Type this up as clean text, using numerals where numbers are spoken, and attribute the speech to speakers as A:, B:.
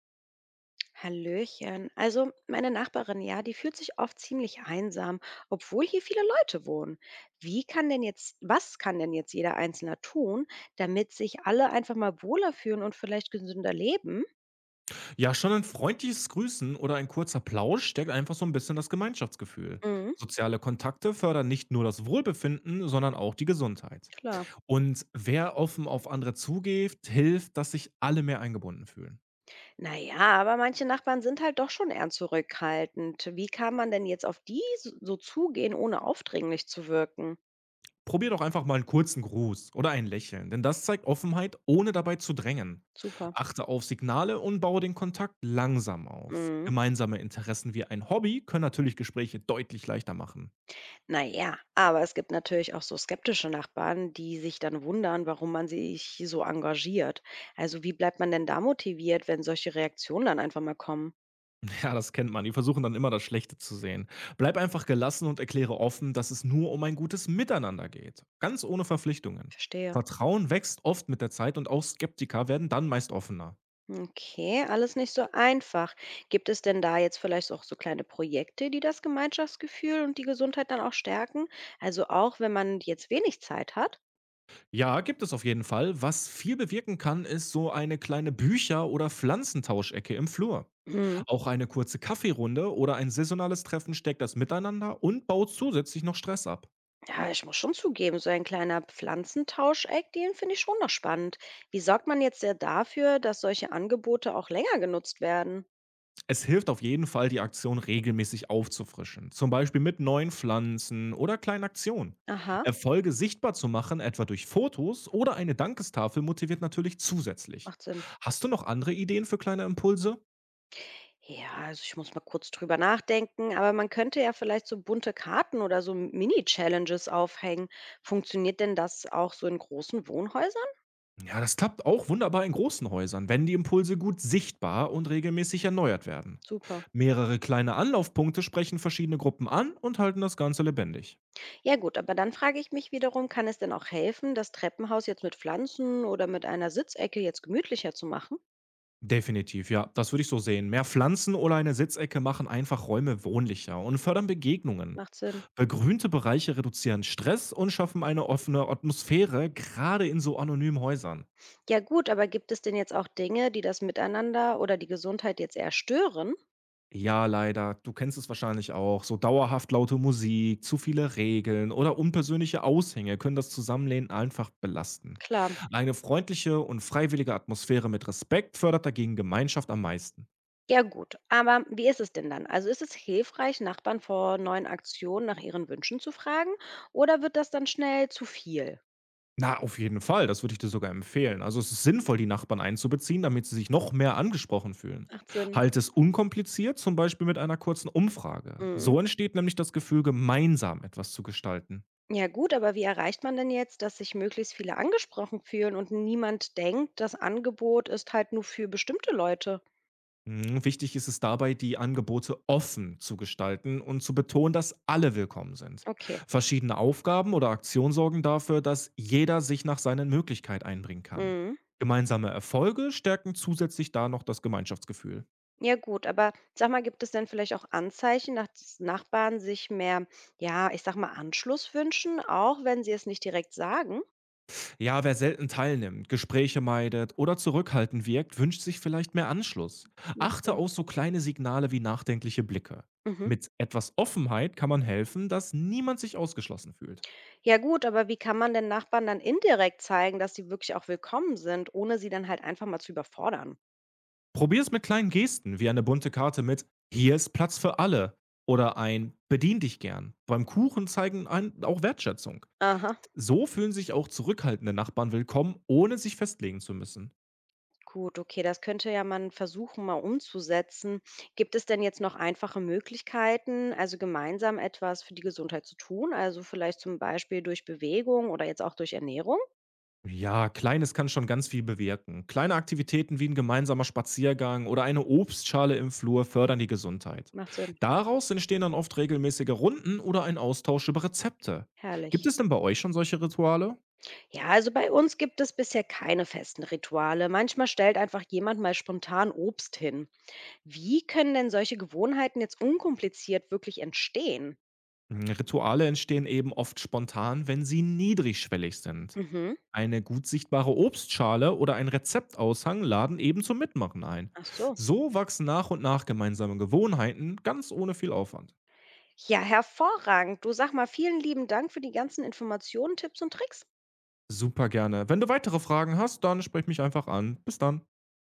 A: Hallöchen. Also meine Nachbarin, ja, die fühlt sich oft ziemlich einsam, obwohl hier viele Leute wohnen. Wie kann denn jetzt, Was kann denn jetzt jeder Einzelne tun, damit sich alle einfach mal wohler fühlen und vielleicht gesünder leben?
B: Ja, schon ein freundliches Grüßen oder ein kurzer Plausch stärkt einfach so ein bisschen das Gemeinschaftsgefühl.
A: Mhm,
B: Soziale Kontakte fördern nicht nur das Wohlbefinden, sondern auch die Gesundheit.
A: klar.
B: Und wer offen auf andere zugeht, hilft, dass sich alle mehr eingebunden fühlen.
A: Naja, aber manche Nachbarn sind halt doch schon eher zurückhaltend. Wie kann man denn jetzt auf die so zugehen, ohne aufdringlich zu wirken?
B: Probier doch einfach mal einen kurzen Gruß oder ein Lächeln, denn das zeigt Offenheit, ohne dabei zu drängen.
A: Super.
B: Achte auf Signale und baue den Kontakt langsam auf.
A: Mhm.
B: Gemeinsame Interessen wie ein Hobby können natürlich Gespräche deutlich leichter machen.
A: Na ja, aber es gibt natürlich auch so skeptische Nachbarn, die sich dann wundern, warum man sich so engagiert. Also wie bleibt man denn da motiviert, wenn solche Reaktionen dann einfach mal kommen?
B: Ja, das kennt man. Die versuchen dann immer das Schlechte zu sehen. Bleib einfach gelassen und erkläre offen, dass es nur um ein gutes Miteinander geht, ganz ohne Verpflichtungen.
A: Verstehe.
B: Vertrauen wächst oft mit der Zeit und auch Skeptiker werden dann meist offener.
A: Okay, alles nicht so einfach. Gibt es denn da jetzt vielleicht auch so kleine Projekte, die das Gemeinschaftsgefühl und die Gesundheit dann auch stärken? Also auch wenn man jetzt wenig Zeit hat?
B: Ja, gibt es auf jeden Fall. Was viel bewirken kann, ist so eine kleine Bücher- oder Pflanzentauschecke im Flur. Auch eine kurze Kaffeerunde oder ein saisonales Treffen steckt das Miteinander und baut zusätzlich noch Stress ab.
A: Ja, ich muss schon zugeben, so ein kleiner Pflanzentauscheck, den finde ich schon noch spannend. Wie sorgt man jetzt ja dafür, dass solche Angebote auch länger genutzt werden?
B: Es hilft auf jeden Fall, die Aktion regelmäßig aufzufrischen, zum Beispiel mit neuen Pflanzen oder kleinen Aktionen.
A: Aha.
B: Erfolge sichtbar zu machen, etwa durch Fotos oder eine Dankestafel, motiviert natürlich zusätzlich.
A: Macht Sinn.
B: Hast du noch andere Ideen für kleine Impulse?
A: Ja, also ich muss mal kurz drüber nachdenken, aber man könnte ja vielleicht so bunte Karten oder so Mini-Challenges aufhängen. Funktioniert denn das auch so in großen Wohnhäusern?
B: Ja, das klappt auch wunderbar in großen Häusern, wenn die Impulse gut sichtbar und regelmäßig erneuert werden.
A: Super.
B: Mehrere kleine Anlaufpunkte sprechen verschiedene Gruppen an und halten das Ganze lebendig.
A: Ja gut, aber dann frage ich mich wiederum, kann es denn auch helfen, das Treppenhaus jetzt mit Pflanzen oder mit einer Sitzecke jetzt gemütlicher zu machen?
B: Definitiv, ja, das würde ich so sehen. Mehr Pflanzen oder eine Sitzecke machen einfach Räume wohnlicher und fördern Begegnungen.
A: Macht Sinn.
B: Begrünte Bereiche reduzieren Stress und schaffen eine offene Atmosphäre, gerade in so anonymen Häusern.
A: Ja gut, aber gibt es denn jetzt auch Dinge, die das Miteinander oder die Gesundheit jetzt eher stören?
B: Ja, leider, du kennst es wahrscheinlich auch. So dauerhaft laute Musik, zu viele Regeln oder unpersönliche Aushänge können das Zusammenlehnen einfach belasten.
A: Klar.
B: Eine freundliche und freiwillige Atmosphäre mit Respekt fördert dagegen Gemeinschaft am meisten.
A: Ja gut, aber wie ist es denn dann? Also ist es hilfreich, Nachbarn vor neuen Aktionen nach ihren Wünschen zu fragen oder wird das dann schnell zu viel?
B: Na, auf jeden Fall, das würde ich dir sogar empfehlen. Also, es ist sinnvoll, die Nachbarn einzubeziehen, damit sie sich noch mehr angesprochen fühlen.
A: Macht Sinn.
B: Halte es unkompliziert, zum Beispiel mit einer kurzen Umfrage.
A: Mhm.
B: So entsteht nämlich das Gefühl, gemeinsam etwas zu gestalten.
A: Ja gut, aber wie erreicht man denn jetzt, dass sich möglichst viele angesprochen fühlen und niemand denkt, das Angebot ist halt nur für bestimmte Leute?
B: Mhm, wichtig ist es dabei, die Angebote offen zu gestalten und zu betonen, dass alle willkommen sind.
A: Okay.
B: Verschiedene Aufgaben oder Aktionen sorgen dafür, dass jeder sich nach seinen Möglichkeiten einbringen kann.
A: Mhm.
B: Gemeinsame Erfolge stärken zusätzlich da noch das Gemeinschaftsgefühl.
A: Ja gut, aber sag mal, gibt es denn vielleicht auch Anzeichen, nach dass Nachbarn sich mehr, ja, ich sag mal, Anschluss wünschen, auch wenn sie es nicht direkt sagen?
B: Ja, wer selten teilnimmt, Gespräche meidet oder zurückhaltend wirkt, wünscht sich vielleicht mehr Anschluss.
A: Macht
B: Achte
A: Sinn.
B: auf so kleine Signale wie nachdenkliche Blicke.
A: Mhm.
B: Mit etwas Offenheit kann man helfen, dass niemand sich ausgeschlossen fühlt.
A: Ja gut, aber wie kann man den Nachbarn dann indirekt zeigen, dass sie wirklich auch willkommen sind, ohne sie dann halt einfach mal zu überfordern?
B: Probier es mit kleinen Gesten, wie eine bunte Karte mit „Hier ist Platz für alle“ oder ein „Bedien dich gern“. Beim Kuchen zeigen einen auch Wertschätzung.
A: Aha.
B: So fühlen sich auch zurückhaltende Nachbarn willkommen, ohne sich festlegen zu müssen.
A: Gut, okay, das könnte ja man versuchen, mal umzusetzen. Gibt es denn jetzt noch einfache Möglichkeiten, also gemeinsam etwas für die Gesundheit zu tun? Also vielleicht zum Beispiel durch Bewegung oder jetzt auch durch Ernährung?
B: Ja, Kleines kann schon ganz viel bewirken. Kleine Aktivitäten wie ein gemeinsamer Spaziergang oder eine Obstschale im Flur fördern die Gesundheit.
A: Macht Sinn.
B: Daraus entstehen dann oft regelmäßige Runden oder ein Austausch über Rezepte. Gibt
A: Herrlich.
B: es denn bei euch schon solche Rituale?
A: Ja, also bei uns gibt es bisher keine festen Rituale. Manchmal stellt einfach jemand mal spontan Obst hin. Wie können denn solche Gewohnheiten jetzt unkompliziert wirklich entstehen?
B: Hm, Rituale entstehen eben oft spontan, wenn sie niedrigschwellig sind.
A: Mhm.
B: Eine gut sichtbare Obstschale oder ein Rezeptaushang laden eben zum Mitmachen ein.
A: Ach so.
B: So wachsen nach und nach gemeinsame Gewohnheiten, ganz ohne viel Aufwand.
A: Ja, hervorragend. Du sag mal, vielen lieben Dank für die ganzen Informationen, Tipps und Tricks.
B: Super gerne. Wenn du weitere Fragen hast, dann sprich mich einfach an. Bis dann.